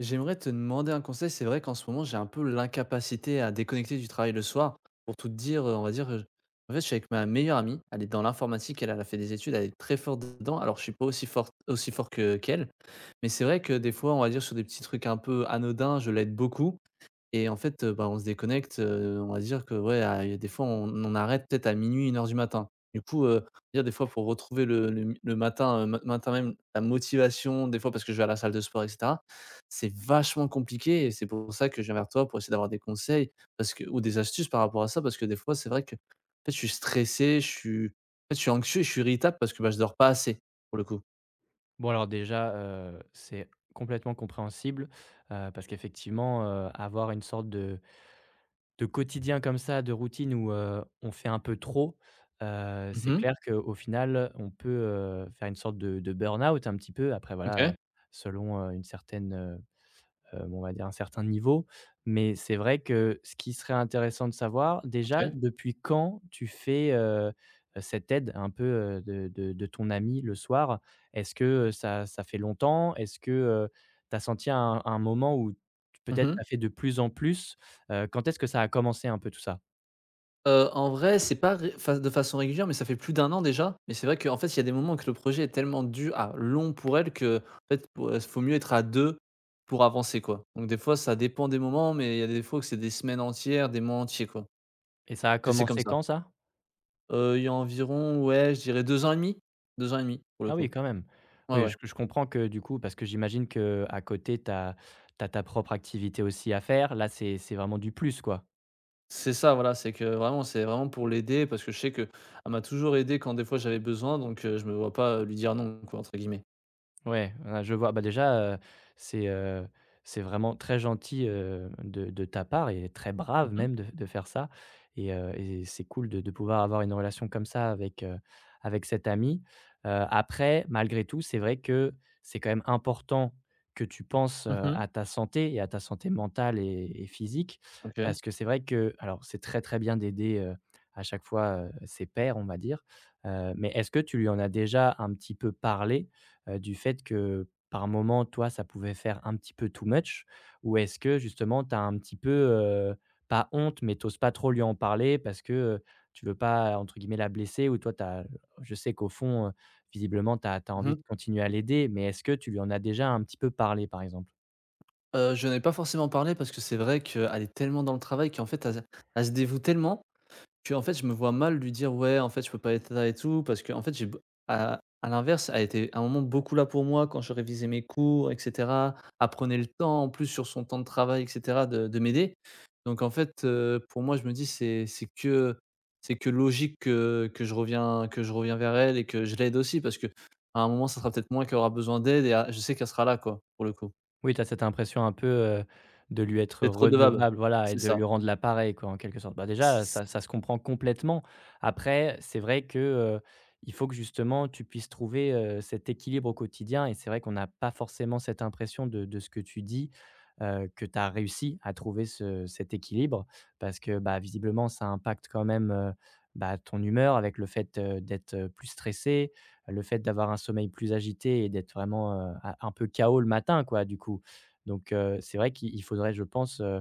J'aimerais te demander un conseil. C'est vrai qu'en ce moment, j'ai un peu l'incapacité à déconnecter du travail le soir. Pour tout te dire, on va dire, en fait, je suis avec ma meilleure amie. Elle est dans l'informatique. Elle, elle a fait des études. Elle est très forte dedans. Alors, je suis pas aussi fort, aussi fort que qu'elle. Mais c'est vrai que des fois, on va dire sur des petits trucs un peu anodins, je l'aide beaucoup. Et en fait, bah, on se déconnecte, on va dire que, ouais, à il y a des fois, on arrête peut-être à minuit, 1 heure du matin. Du coup, dire des fois pour retrouver le matin, ma matin même la motivation, des fois parce que je vais à la salle de sport et cetera, c'est vachement compliqué et c'est pour ça que je viens vers toi pour essayer d'avoir des conseils parce que ou des astuces par rapport à ça parce que des fois, c'est vrai que, en fait, je suis stressé, je suis en fait, je suis anxieux et je suis irritable parce que, bah, je dors pas assez, pour le coup. Bon alors déjà, c'est complètement compréhensible, parce qu'effectivement, avoir une sorte de quotidien comme ça, de routine où, on fait un peu trop, c'est Mmh. clair qu'au final, on peut, faire une sorte de burn-out un petit peu après, voilà, OK. selon, on va dire un certain niveau. Mais c'est vrai que ce qui serait intéressant de savoir, déjà, OK. depuis quand tu fais, cette aide un peu, de ton ami le soir? Est-ce que ça fait longtemps? Est-ce que, tu as senti un moment où peut-être tu Mmh. as fait de plus en plus? Quand est-ce que ça a commencé un peu tout ça? En vrai, c'est pas ré enfin, de façon régulière, mais ça fait plus d'un an déjà. Mais c'est vrai qu'en fait, il y a des moments que le projet est tellement long pour elle qu'en fait, pour, faut mieux être à 2 pour avancer, quoi. Donc des fois, ça dépend des moments, mais il y a des fois que c'est des semaines entières, des mois entiers, quoi, Et ça a que c'est comme commencé ça. quand ça? Il y a environ, ouais, je dirais 2 ans et demi. 2 ans et demi, pour le Ah oui, coup. quand même. Ouais, Oui, ouais. je comprends, que du coup parce que j'imagine que à côté, tu as ta propre activité aussi à faire. Là, c'est vraiment du plus, quoi. C'est ça, voilà, c'est vraiment pour l'aider parce que je sais qu'elle m'a toujours aidé quand des fois j'avais besoin, donc je me vois pas, lui dire «non», quoi, entre guillemets. Ouais, ah, je vois. Bah, déjà, c'est, heu, c'est vraiment très gentil, de ta part, et très brave Mmh mh. même de faire ça. Et et c'est cool de pouvoir avoir une relation comme ça avec, avec cet ami. Après, malgré tout, c'est vrai que c'est quand même important que tu penses, Mmh mh. à ta santé, et à ta santé mentale et physique, OK. parce que c'est vrai que, alors, c'est très, très bien d'aider, à chaque fois, ses pairs, on va dire, mais est-ce que tu lui en as déjà un petit peu parlé? Du fait que par moment, toi, ça pouvait faire un petit peu too much? Ou est-ce que justement tu as un petit peu, pas honte, mais t'oses pas trop lui en parler parce que, tu veux pas, entre guillemets, «la blesser», ou toi t'as, je sais qu'au fond, visiblement tu as Mmh envie de mh. continuer à l'aider, mais est-ce que tu lui en as déjà un petit peu parlé, par exemple? Je n'en ai pas forcément parlé parce que c'est vrai qu'elle est tellement dans le travail qu'en fait elle se dévoue tellement que en fait je me vois mal lui dire: «Ouais en fait je peux pas être là et tout» parce que en fait j'ai b à l'inverse, elle était à un moment beaucoup là pour moi quand je révisais mes cours et cetera. Elle prenait le temps en plus sur son temps de travail et cetera de m'aider. Donc en fait, pour moi je me dis: c'est que logique que je reviens vers elle et que je l'aide aussi» parce que à un moment ça sera peut-être moi qui aura besoin d'aide et à je sais qu'elle sera là quoi, pour le coup. Oui, tu as cette impression un peu, de lui être D'être redevable, redevable, voilà, et c'est de ça. lui rendre l'appareil, quoi, en quelque sorte. Bah, C déjà, c ça se comprend complètement. Après, c'est vrai que, il faut que justement tu puisses trouver, cet équilibre au quotidien, et c'est vrai qu'on n'a pas forcément cette impression de ce que tu dis, que tu as réussi à trouver ce cet équilibre. Parce que, bah, visiblement ça impacte quand même, bah, ton humeur, avec le fait, d'être, plus stressé, le fait d'avoir un sommeil plus agité, et d'être vraiment, un peu KO le matin, quoi, du coup. Donc, c'est vrai qu'il faudrait, je pense,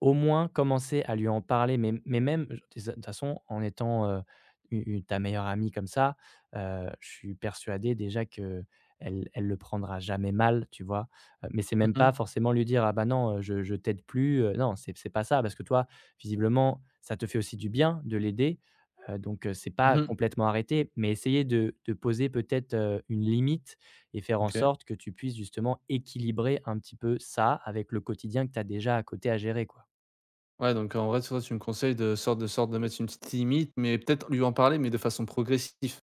au moins commencer à lui en parler, mais même je, de toute façon, en étant, u une ta meilleure amie comme ça, je suis persuadé déjà que elle le prendra jamais mal, tu vois? Mais c'est même Mmh pas mh. forcément lui dire: «Ah bah non, je t'aide plus», non, c'est pas ça, parce que toi, visiblement, ça te fait aussi du bien de l'aider. Donc c'est Mmh pas mh. complètement arrêté, mais essayer de poser peut-être, une limite, et faire en OK. sorte que tu puisses justement équilibrer un petit peu ça avec le quotidien que tu as déjà à côté à gérer, quoi. Ouais, donc en vrai, toi, tu me conseilles de sorte de mettre une petite limite, mais peut-être lui en parler, mais de façon progressive.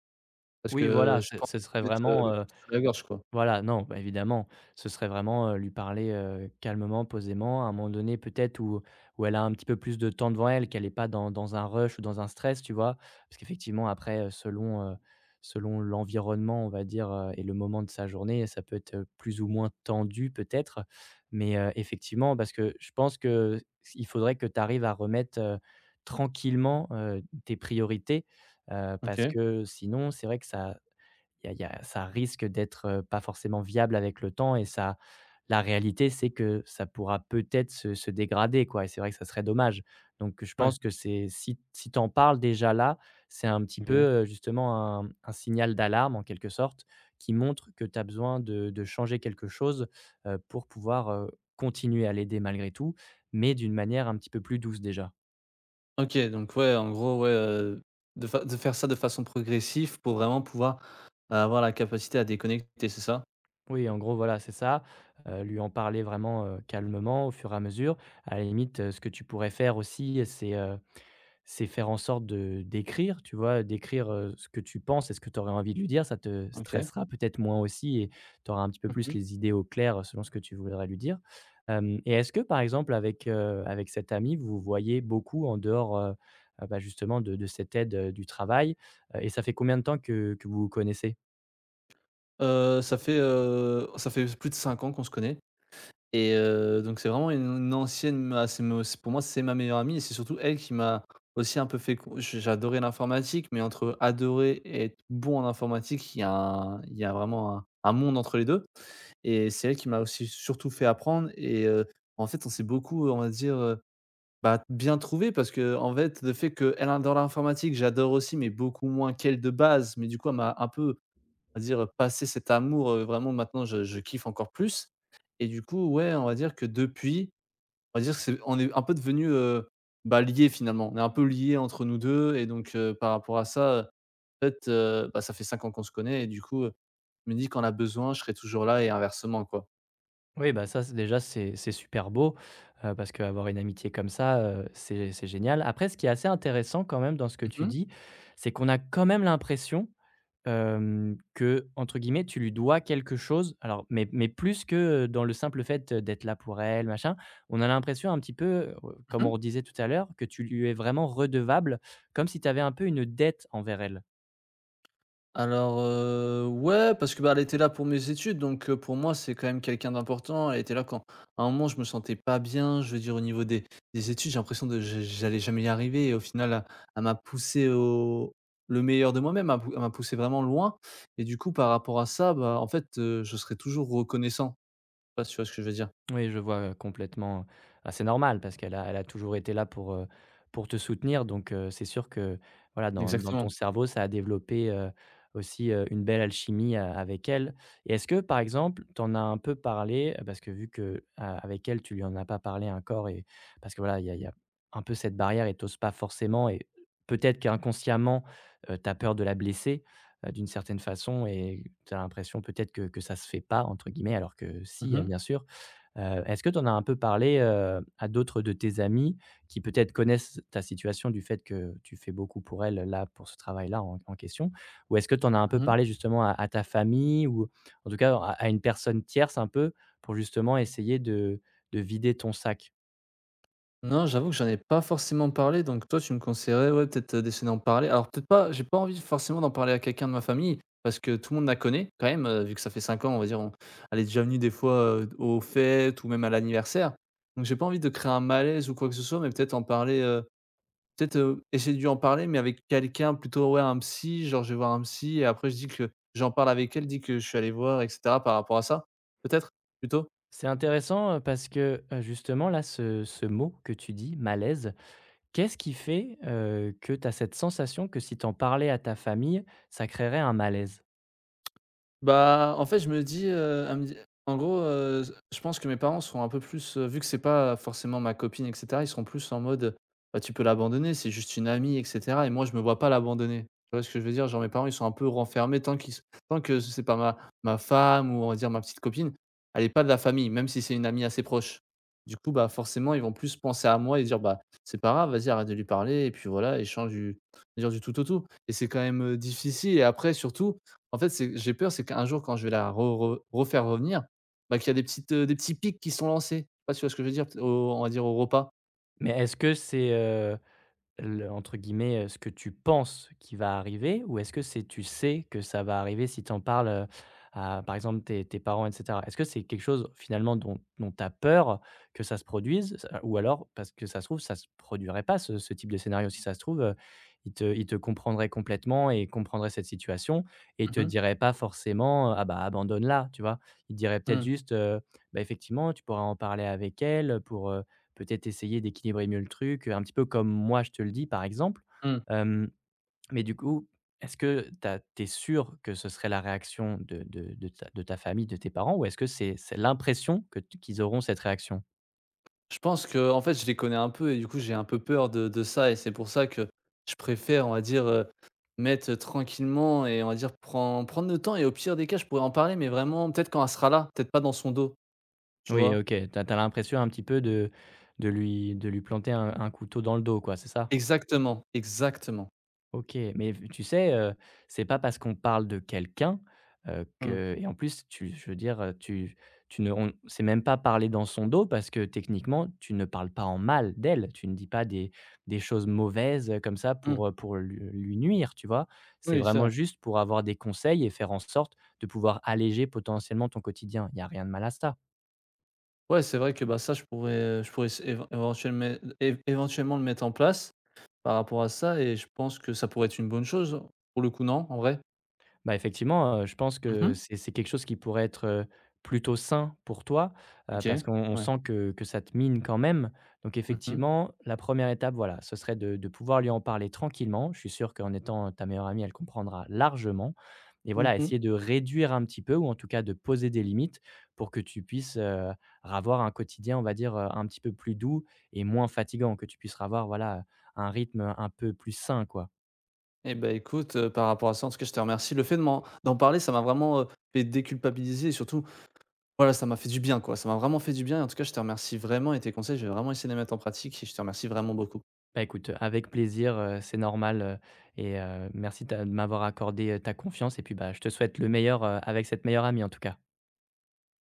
Parce Oui, que voilà, j'ai ce pas ce serait envie de mettre, le vraiment, couteau sous la gorge, quoi. voilà, non, bah, évidemment, ce serait vraiment, lui parler, calmement, posément, à un moment donné peut-être où elle a un petit peu plus de temps devant elle, qu'elle est pas dans un rush ou dans un stress, tu vois? Parce qu'effectivement après, selon l'environnement, on va dire, et le moment de sa journée, ça peut être, plus ou moins tendu peut-être. Mais, effectivement, parce que je pense que il faudrait que tu arrives à remettre, tranquillement, tes priorités, parce OK. que sinon c'est vrai que ça, il y a ça risque d'être, pas forcément viable avec le temps, et ça, la réalité, c'est que ça pourra peut-être se dégrader, quoi, et c'est vrai que ça serait dommage. Donc je Ouais. pense que c'est, si tu en parles déjà là, c'est un petit peu, OK. Justement un signal d'alarme en quelque sorte, qui montre que tu as besoin de changer quelque chose, pour pouvoir, continuer à l'aider malgré tout, mais d'une manière un petit peu plus douce déjà. OK, donc ouais, en gros, ouais, de faire ça de façon progressive pour vraiment pouvoir bah, avoir la capacité à déconnecter, c'est ça? Oui, en gros, voilà, c'est ça. Lui en parler vraiment, calmement, au fur et à mesure. À la limite, ce que tu pourrais faire aussi, c'est faire en sorte de d'écrire, tu vois? D'écrire, ce que tu penses et ce que tu aurais envie de lui dire. Ça te OK. stressera peut-être moins aussi, et tu auras un petit peu Mmh plus mh. les idées au clair selon ce que tu voudrais lui dire. Hem, et est-ce que, par exemple, avec, avec cet ami, vous vous voyez beaucoup en dehors, bah, justement de cette aide, du travail? Et ça fait combien de temps que vous vous connaissez? Ça fait, plus de 5 ans qu'on se connaît. Et donc c'est vraiment une ancienne ah c'est me c'est pour moi, c'est ma meilleure amie et c'est surtout elle qui m'a aussi un peu fait co j j'adorais l'informatique, mais entre adorer et être bon en informatique, il y a vraiment un monde entre les 2 et c'est elle qui m'a aussi surtout fait apprendre et en fait, on s'est beaucoup, on va dire, bah, bien trouvé parce que en fait, le fait qu'elle adore l'informatique, j'adore aussi, mais beaucoup moins qu'elle de base, mais du coup, elle m'a un peu on va dire, passer cet amour, vraiment maintenant je kiffe encore plus et du coup, ouais, on va dire que depuis, on va dire que c'est on est un peu devenu bah, liés finalement. On est un peu liés entre nous 2 et donc par rapport à ça, en fait, bah, ça fait 5 ans qu'on se connaît et du coup, je me dis: «Quand on a besoin, je serai toujours là» et inversement, quoi. Oui, bah, ça c'est déjà c'est super beau, parce qu'avoir une amitié comme ça, c'est génial. Après, ce qui est assez intéressant quand même dans ce que Mmh tu mh. dis, c'est qu'on a quand même l'impression, que, entre guillemets, «tu lui dois quelque chose». Alors, mais plus que dans le simple fait d'être là pour elle, machin. On a l'impression un petit peu, comme Mmh. on disait tout à l'heure, que tu lui es vraiment redevable, comme si tu avais un peu une dette envers elle. Alors, ouais, parce que, bah, elle était là pour mes études, donc pour moi, c'est quand même quelqu'un d'important. Elle était là quand à un moment, je me sentais pas bien, je veux dire au niveau des études, j'ai l'impression de j'allais jamais y arriver et au final, elle m'a poussé au le meilleur de moi-même, elle m'a pou elle m'a poussé vraiment loin et du coup, par rapport à ça, bah, en fait, je serai toujours reconnaissant. Je sais pas si tu vois ce que je veux dire? Oui, je vois, complètement. Bah, c'est normal parce qu'elle a toujours été là pour te soutenir, donc c'est sûr que, voilà, dans ton Exactement. cerveau, ça a développé, aussi, une belle alchimie a avec elle. Et est-ce que, par exemple, tu en as un peu parlé, parce que vu que avec elle, tu lui en as pas parlé encore, et parce que, voilà, il y a un peu cette barrière, et tu oses pas forcément, et peut-être qu'inconsciemment, tu as peur de la blesser, d'une certaine façon, et tu as l'impression peut-être que «ça se fait pas», entre guillemets, alors que si, Mmh hein, mh. bien sûr. Est-ce que tu en as un peu parlé, à d'autres de tes amis qui peut-être connaissent ta situation, du fait que tu fais beaucoup pour elles, là, pour ce travail-là en question? Ou est-ce que tu en as un peu Mmh. parlé justement à ta famille, ou en tout cas à une personne tierce un peu, pour justement essayer de vider ton sac? Non, j'avoue que j'en ai pas forcément parlé, donc toi, tu me conseillerais, ouais, peut-être, d'essayer d'en parler. Alors peut-être pas j'ai pas envie forcément d'en parler à quelqu'un de ma famille, parce que tout le monde la connaît quand même, vu que ça fait 5 ans, on va dire, on elle est déjà venue des fois, aux fêtes ou même à l'anniversaire. Donc j'ai pas envie de créer un malaise ou quoi que ce soit, mais peut-être en parler, peut-être, essayer de lui en parler, mais avec quelqu'un plutôt, ouais, un psy, genre je vais voir un psy et après je dis que j'en parle avec elle, je dis que je suis allé voir et cetera par rapport à ça, peut-être, plutôt? C'est intéressant, parce que, justement là ce mot que tu dis, «malaise», qu'est-ce qui fait, que tu as cette sensation que si t'en parlais à ta famille, ça créerait un malaise? Bah, en fait, je me dis, elle me dit en gros, je pense que mes parents seront un peu plus, vu que c'est pas forcément ma copine et cetera, ils seront plus en mode, bah, tu peux l'abandonner, c'est juste une amie et cetera et moi, je me vois pas l'abandonner. Tu vois ce que je veux dire? Genre mes parents, ils sont un peu renfermés tant que c'est pas ma femme ou on va dire ma petite copine, elle est pas de la famille, même si c'est une amie assez proche. Du coup, bah, forcément, ils vont plus penser à moi et dire: «Bah, c'est pas grave, vas-y, arrête de lui parler et puis voilà, échange du tout au tout» et c'est quand même, difficile et après surtout, en fait, c'est j'ai peur, c'est qu'un jour, quand je vais la re re refaire revenir, bah, qu'il y a des petits pics qui sont lancés. Je sais pas si tu vois ce que je veux dire? Peut au on va dire au repas. Mais est-ce que c'est, Le entre guillemets, ce que tu penses qui va arriver, ou est-ce que c'est, tu sais que ça va arriver si tu en parles, à par exemple tes parents et cetera? Est-ce que c'est quelque chose finalement dont tu as peur que ça se produise? Ça, ou alors parce que ça se trouve ça se produirait pas ce type de scénario? Si ça se trouve, ils te comprendraient complètement, et comprendraient cette situation, et te Mmh mh. diraient pas forcément, «Ah bah, abandonne-la», tu vois? Ils diraient peut-être Mmh. juste, «Bah, effectivement, tu pourras en parler avec elle, pour, peut-être essayer d'équilibrer mieux le truc, un petit peu comme moi je te le dis par exemple. Mmh. Hem, mais du coup, est-ce que tu es sûr que ce serait la réaction de de ta de ta famille, de tes parents, ou est-ce que c'est, l'impression que t qu'ils auront cette réaction? Je pense que, en fait, je les connais un peu et du coup, j'ai un peu peur de ça et c'est pour ça que je préfère, on va dire, mettre tranquillement et on va dire prendre le temps et au pire des cas, je pourrais en parler, mais vraiment peut-être quand elle sera là, peut-être pas dans son dos, tu Oui, vois? OK, tu as l'impression un petit peu de, de lui planter un couteau dans le dos, quoi, c'est ça? Exactement, exactement. OK, mais v tu sais, c'est pas parce qu'on parle de quelqu'un, Mmh. que et en plus tu je veux dire, tu tu ne on c'est même pas parler dans son dos, parce que techniquement, tu ne parles pas en mal d'elle. Tu ne dis pas des choses mauvaises, comme ça Mmh. Pour lui nuire, tu vois? C'est Oui, c'est vraiment vrai. juste pour avoir des conseils, et faire en sorte de pouvoir alléger potentiellement ton quotidien. Il y a rien de mal à ça. Ouais, c'est vrai que, bah, ça, je pourrais s éventuellement é éventuellement le mettre en place par rapport à ça et je pense que ça pourrait être une bonne chose, pour le coup, non, en vrai? Bah, effectivement, je pense que Mmh. C'est quelque chose qui pourrait être, plutôt sain pour toi, OK. parce qu'on, on Ouais. sent que ça te mine quand même. Donc Mmh mh. effectivement, la première étape, voilà, ce serait de pouvoir lui en parler tranquillement. Je suis sûr qu'en étant ta meilleure amie, elle comprendra largement, et Mmh voilà, mh. essayer de réduire un petit peu ou en tout cas de poser des limites pour que tu puisses, ravoir un quotidien, on va dire, un petit peu plus doux et moins fatigant, que tu puisses avoir, voilà, un rythme un peu plus sain, quoi. Et bah, écoute, par rapport à ça, en tout cas, je te remercie. Le fait de m'en d'en parler, ça m'a vraiment, fait déculpabiliser et surtout, voilà, ça m'a fait du bien, quoi. Ça m'a vraiment fait du bien et en tout cas, je te remercie vraiment et tes conseils, je vais vraiment essayer de les mettre en pratique et je te remercie vraiment beaucoup. Bah, écoute, avec plaisir, c'est normal, et merci de m'avoir accordé, ta confiance, et puis, bah, je te souhaite le meilleur, avec cette meilleure amie en tout cas.